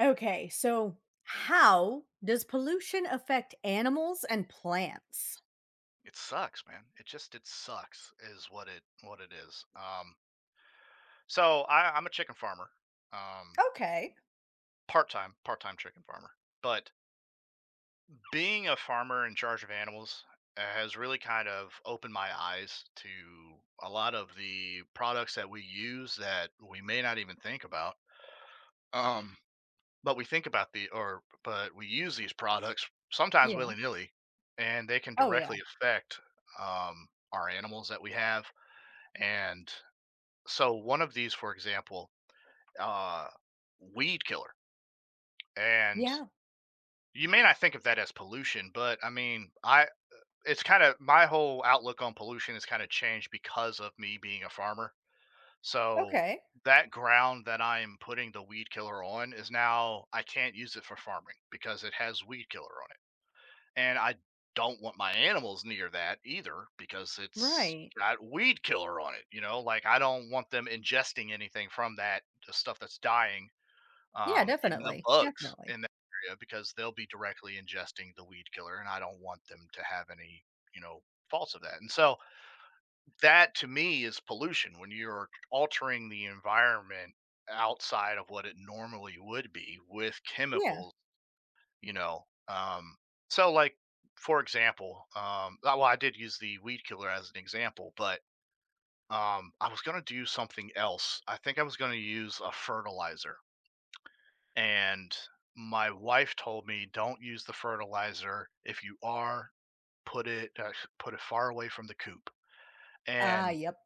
Okay, so how does pollution affect animals and plants? It sucks, man. It sucks is what it is. So I'm a chicken farmer, um, Okay. part time chicken farmer. But being a farmer in charge of animals has really kind of opened my eyes to a lot of the products that we use that we may not even think about. Um, but we think about the or but we use these products sometimes Yeah. willy nilly, and they can Oh, yeah. directly affect our animals that we have. And so, one of these, for example, uh, weed killer. And Yeah. you may not think of that as pollution, but I mean, I it's kind of my whole outlook on pollution has kind of changed because of me being a farmer. So Okay. that ground that I am putting the weed killer on, is now I can't use it for farming because it has weed killer on it. And I don't want my animals near that either, because it's Right. got weed killer on it, you know? Like, I don't want them ingesting anything from that, the stuff that's dying, Yeah, even the definitely. bugs Definitely. in that area, because they'll be directly ingesting the weed killer, and I don't want them to have any, you know, faults of that. And so that, to me, is pollution, when you're altering the environment outside of what it normally would be with Yeah. chemicals, you know. Um so like, for example, well, I did use the weed killer as an example, but I was going to do something else. I think I was going to use a fertilizer, and my wife told me, don't use the fertilizer. If you are, put it uh, put it far away from the coop. Ah, And yep.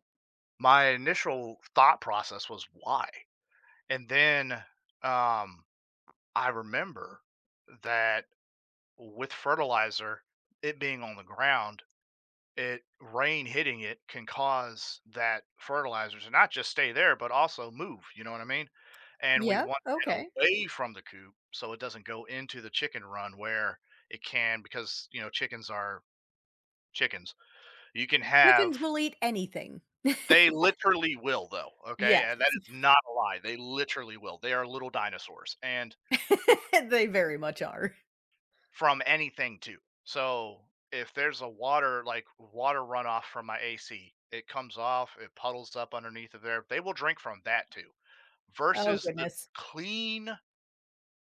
my initial thought process was, why? And then um I remember that with fertilizer, it being on the ground, it, rain hitting it, can cause that fertilizer to not just stay there, but also move. You know what I mean? And we Yeah. want that Okay. away from the coop so it doesn't go into the chicken run where it can, because, you know, chickens are chickens. You can have Chickens will eat anything. They literally will, though. Okay? And that Yes. is not a lie. They literally will. They are little dinosaurs. And They very much are. from anything, too. So if there's a water, like water runoff from my AC, it comes off, it puddles up underneath of there. They will drink from that too. Oh, Versus the goodness. clean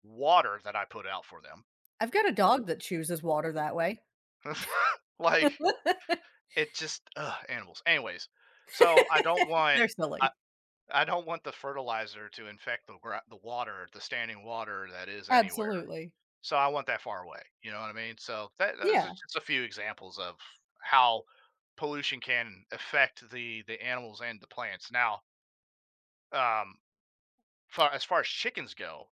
water that I put out for them. I've got a dog that chooses water that way. Like, it just, ugh, animals. Anyways, so I don't want, They're I, silly. I don't want the fertilizer to infect the water, the standing water that is anywhere. Absolutely. So I want that far away. You know what I mean? So that those are Yeah. just a few examples of how pollution can affect the animals and the plants. Now, um, as far as chickens go,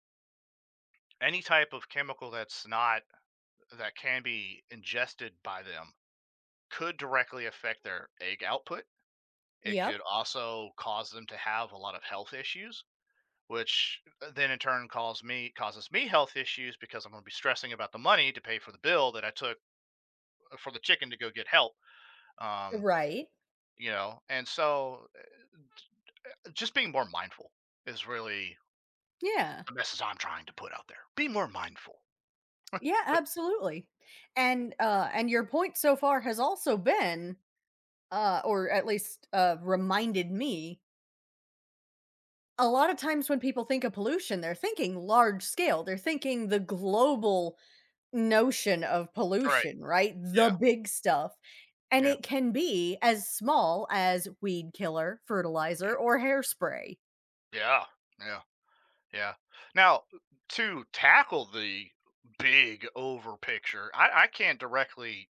any type of chemical that's not that can be ingested by them could directly affect their egg output. It Yep. could also cause them to have a lot of health issues, which then in turn causes me health issues, because I'm going to be stressing about the money to pay for the bill that I took for the chicken to go get help. Um, Right. you know, and so just being more mindful is really Yeah. the message I'm trying to put out there. Be more mindful. Yeah, absolutely. And your point so far has also been, or at least, reminded me, a lot of times when people think of pollution, they're thinking large scale. They're thinking the global notion of Right. pollution, right? The Yeah. big stuff. And Yeah. it can be as small as weed killer, fertilizer, Yeah. or hairspray. Yeah. Yeah. Yeah. Now, to tackle the big over picture, I can't directly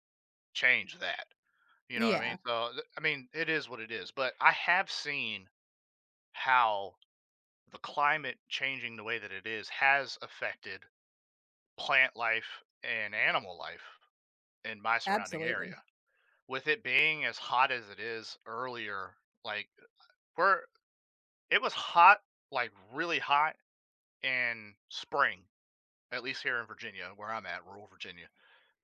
change that. You know what I mean? Yeah, So, I mean, it is what it is. But I have seen how the climate changing the way that it is has affected plant life and animal life in my surrounding absolutely. area. With it being as hot as it is earlier, like, we're it was hot, like really hot, in spring, at least here in Virginia, where I'm at, rural Virginia.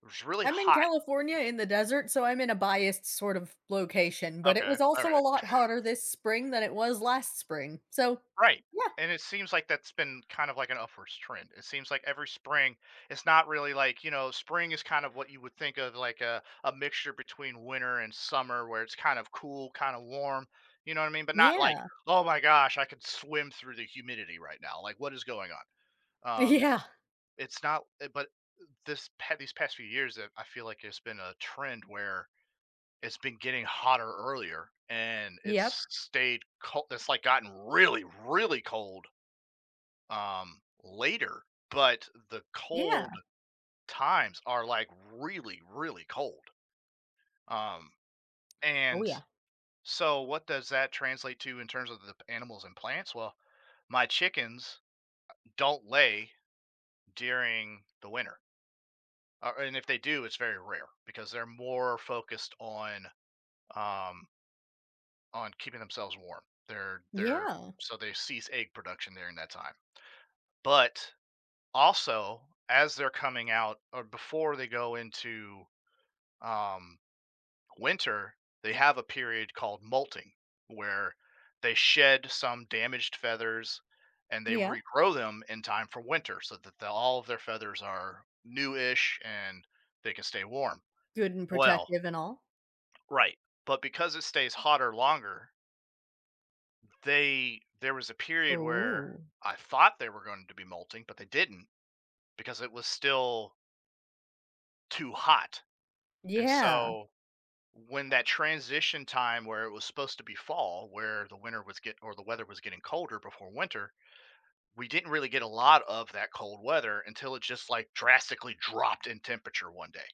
It was really I'm in hot. California in the desert, so I'm in a biased sort of location, but it Okay. was All also a right. lot hotter this spring than it was last spring. So, Right. yeah. And it seems like that's been kind of like an upwards trend. It seems like every spring, it's not really like, you know, spring is kind of what you would think of, like, a mixture between winter and summer where it's kind of cool, kind of warm, you know what I mean? But not like, Yeah. oh my gosh, I could swim through the humidity right now. Like, what is going on? Yeah. It's not, but these past few years, I feel like it's been a trend where it's been getting hotter earlier and Yep. it's stayed cold. It's like gotten really, really cold later, but the cold Yeah. times are like really, really cold. Um, Oh, and yeah. so, what does that translate to in terms of animals and plants? Well, my chickens don't lay during the winter. And if they do, it's very rare, because they're more focused on, um, on keeping themselves warm. They're Yeah. So they cease egg production during that time. But also, as they're coming out, or before they go into, um, winter, they have a period called molting, where they shed some damaged feathers and they Yeah. regrow them in time for winter so that all of their feathers are newish and they can stay warm. Good and Well, protective and all. right. But because it stays hotter longer, they there was a period where Oh. I thought they were going to be molting, but they didn't, because it was still too hot. And Yeah. so, when that transition time where it was supposed to be fall, where the winter was get or the weather was getting colder before winter, we didn't really get a lot of that cold weather until it just like drastically dropped in temperature one day.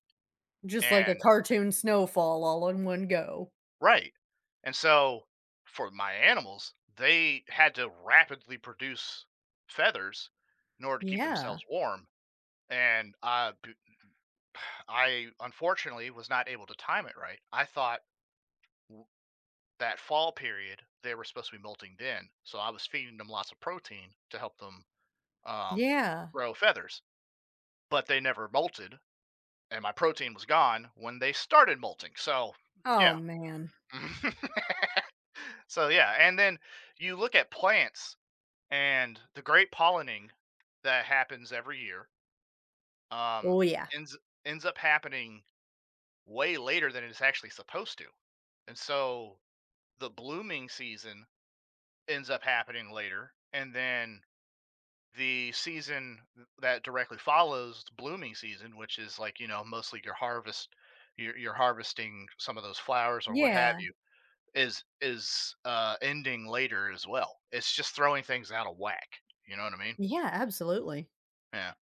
Just like a And, cartoon snowfall all in one go. right. And so, for my animals, they had to rapidly produce feathers in order to keep Yeah. themselves warm. And I, unfortunately, was not able to time it right. I thought that fall period, they were supposed to be molting then, so I was feeding them lots of protein to help them, um, Yeah. grow feathers, but they never molted, and my protein was gone when they started molting, so Oh, yeah. man. So, yeah, and then you look at plants and the great pollinating that happens every year, um, Oh, yeah. ends ends up happening way later than it's actually supposed to, and so the blooming season ends up happening later, and then the season that directly follows the blooming season, which is, like, you know, mostly your harvest, you're harvesting some of those flowers or what have Yeah. you, is, ending later as well. It's just throwing things out of whack, you know what I mean? Yeah, absolutely. Yeah.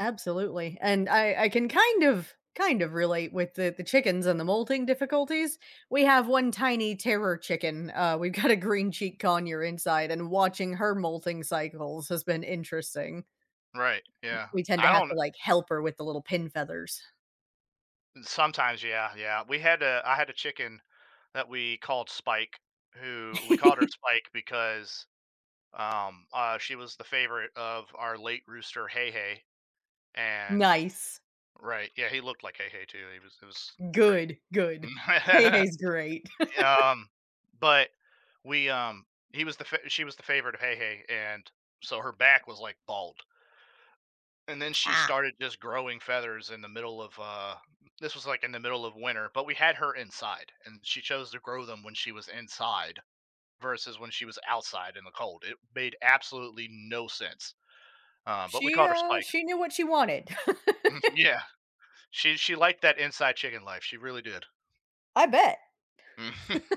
Absolutely, and I can kind of relate with the chickens and the molting difficulties. We have one tiny terror chicken, we've got a green cheek conure inside, and watching her molting cycles has been interesting. Right, yeah. We tend to I have don't. to, like, help her with the little pin feathers. Sometimes, yeah, yeah. We had a I had a chicken that we called Spike, who, we called her Spike because, she was the favorite of our late rooster, Hey Hey, and, Nice. right, yeah, he looked like Hey Hey, too. He was It was great. Good, good. Hey, hey's great. Um, but we, he was the fa she was the favorite of Hey Hey, and so her back was, like, bald, and then she Ah. started just growing feathers in the middle of, this was, like, in the middle of winter, but we had her inside, and she chose to grow them when she was inside versus when she was outside in the cold. It made absolutely no sense, but we called her Spike. She knew what she wanted. Yeah, she liked that inside chicken life, she really did. I bet.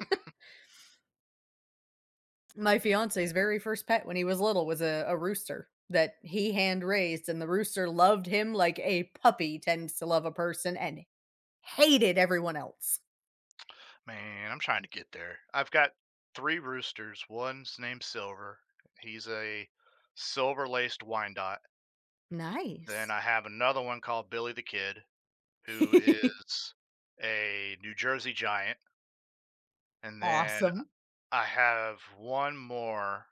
My fiance's very first pet when he was little was a rooster that he hand raised, and the rooster loved him like a puppy tends to love a person and hated everyone else. Man, I'm trying to get there. I've got 3 roosters. One's named Silver. He's a silver-laced Wyandotte. Then Nice. I have another one called Billy the Kid, who is a New Jersey Giant. And then Awesome. I have one more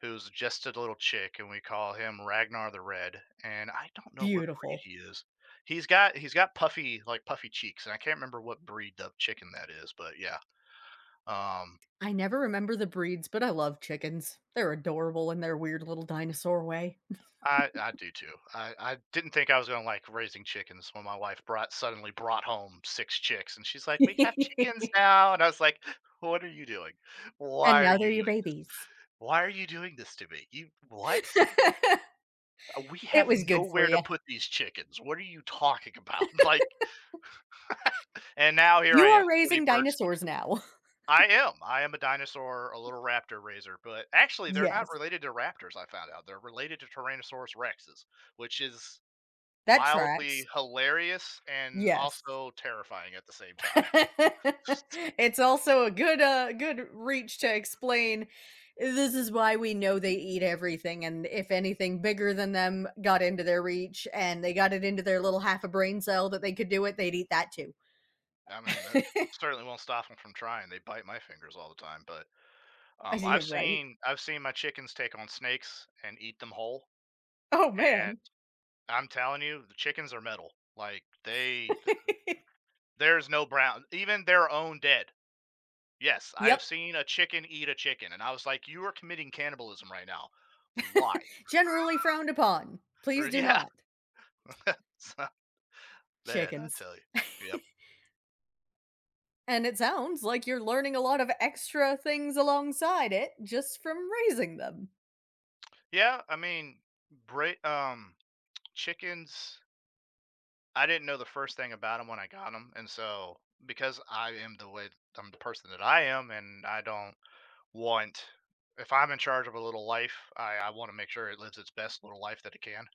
who's just a little chick, and we call him Ragnar the Red, and I don't know what breed Beautiful. he is. He's got puffy, like, puffy cheeks, and I can't remember what breed of chicken that is, but yeah. Um I never remember the breeds, but I love chickens. They're adorable in their weird little dinosaur way. I do too. I didn't think I was gonna like raising chickens when my wife brought suddenly brought home six chicks, and she's like, "We have chickens now," and I was like, "What are you doing? And Why are now they're you your doing this? babies. Why are you doing this to me? You what? It We have was good for nowhere to you. put these chickens. What are you talking about?" Like, and now here I You am, are 40 raising birds deep. dinosaurs now. I am. I am a dinosaur, a little raptor raiser. But actually, they're not Yes. related to raptors. I found out they're related to Tyrannosaurus rexes, which is That mildly tracks. hilarious and Yes. also terrifying at the same time. It's also a good good reach to explain this is why we know they eat everything, and if anything bigger than them got into their reach and they got it into their little half a brain cell that they could do it, they'd eat that too. I mean, that certainly won't stop them from trying. They bite my fingers all the time, but, Yeah, right. I've seen my chickens take on snakes and eat them whole, Oh, and man. I'm telling you, the chickens are metal. Like, they th there's no brown even their own dead. Yes, I've Yep, seen a chicken eat a chicken, and I was like, "You are committing cannibalism right now. Why?" generally frowned upon. Please do Yeah. not, So, man, I chickens. tell you. Yep. And it sounds like you're learning a lot of extra things alongside it just from raising them. Yeah, I mean, bra- um, chickens. I didn't know the first thing about them when I got them, and so, because I'm the person that I am, and I don't want, if I'm in charge of a little life, I want to make sure it lives its best little life that it can,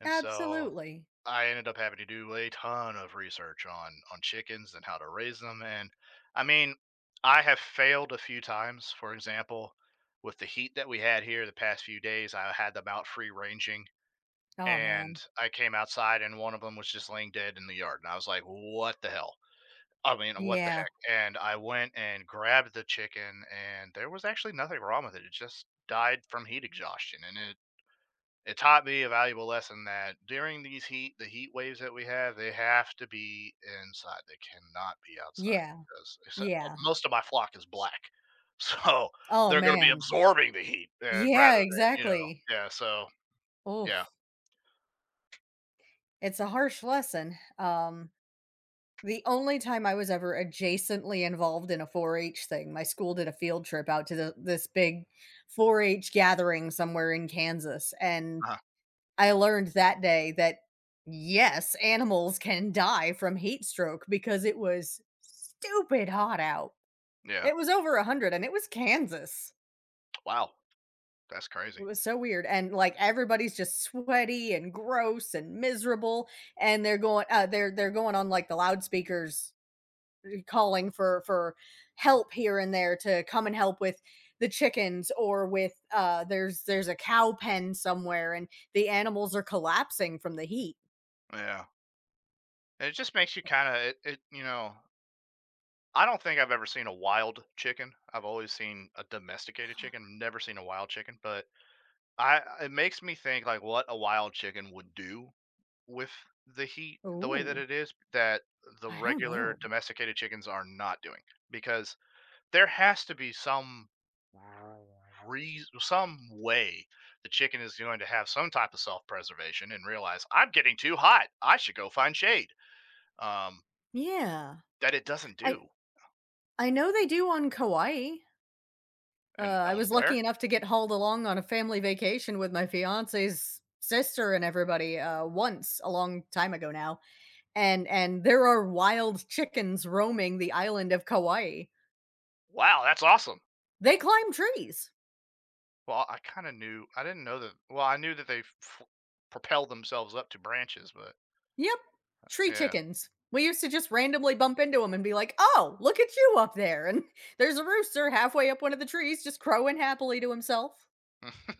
and so Absolutely. I ended up having to do a ton of research on chickens and how to raise them. And, I mean, I have failed a few times. For example, with the heat that we had here the past few days, I had them out free ranging, Oh, and man. I came outside and one of them was just laying dead in the yard, and I was like, "What the hell?" I mean, "What the Yeah. heck?" And I went and grabbed the chicken, and there was actually nothing wrong with it, it just died from heat exhaustion, and it taught me a valuable lesson that during the heat waves that we have, they have to be inside, they cannot be outside, Yeah, 'cause it's yeah. most of my flock is black, so Oh, they're gonna be man. absorbing the heat, and Yeah, rather than, you know. exactly. Yeah, so Oh, yeah. it's a harsh lesson. The only time I was ever adjacently involved in a 4-H thing, my school did a field trip out to the this big 4-H gathering somewhere in Kansas, and uh I learned that day that, yes, animals can die from heat stroke because it was stupid hot out. Yeah. It was over 100 and it was Kansas. Wow. That's It crazy. was so weird. And like everybody's just sweaty and gross and miserable. And they're going they're going on like the loudspeakers, calling for help here and there to come and help with the chickens or with there's a cow pen somewhere and the animals are collapsing from the heat. Yeah. It just makes you kind of, it, it. You know, I don't think I've ever seen a wild chicken. I've always seen a domesticated chicken. Never seen a wild chicken, but I it makes me think, like, what a wild chicken would do with the heat the way that Ooh. it is, that the I don't regular know. domesticated chickens are not doing, because there has to be some reason, some way the chicken is going to have some type of self preservation and realize, I'm getting too hot, I should go find shade, um, Yeah. that it doesn't I do. I know they do on Kauai. And I on was lucky where? enough to get hauled along on a family vacation with my fiance's sister and everybody, once a long time ago now, and there are wild chickens roaming the island of Kauai. Wow, that's awesome. They climb trees. Well, I kind of knew. I didn't know that. Well, I knew that they propelled themselves up to branches, but Yep, tree yeah. chickens. We used to just randomly bump into them and be like, "Oh, look at you up there!" And there's a rooster halfway up one of the trees, just crowing happily to himself.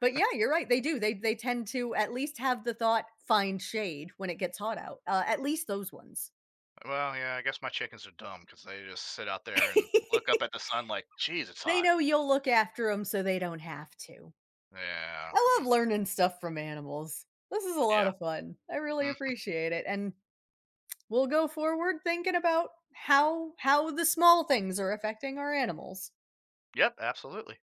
But yeah, you're right. They do. They tend to at least have the thought, "Find shade" when it gets hot out. At least those ones. Well, yeah. I guess my chickens are dumb, because they just sit out there and look up at the sun like, "Geez, it's They hot." know you'll look after them so they don't have to. Yeah. I love Mm. learning stuff from animals. This is a lot Yeah. of fun. I really Mm. appreciate it, and we'll go forward thinking about how the small things are affecting our animals. Yep. Absolutely.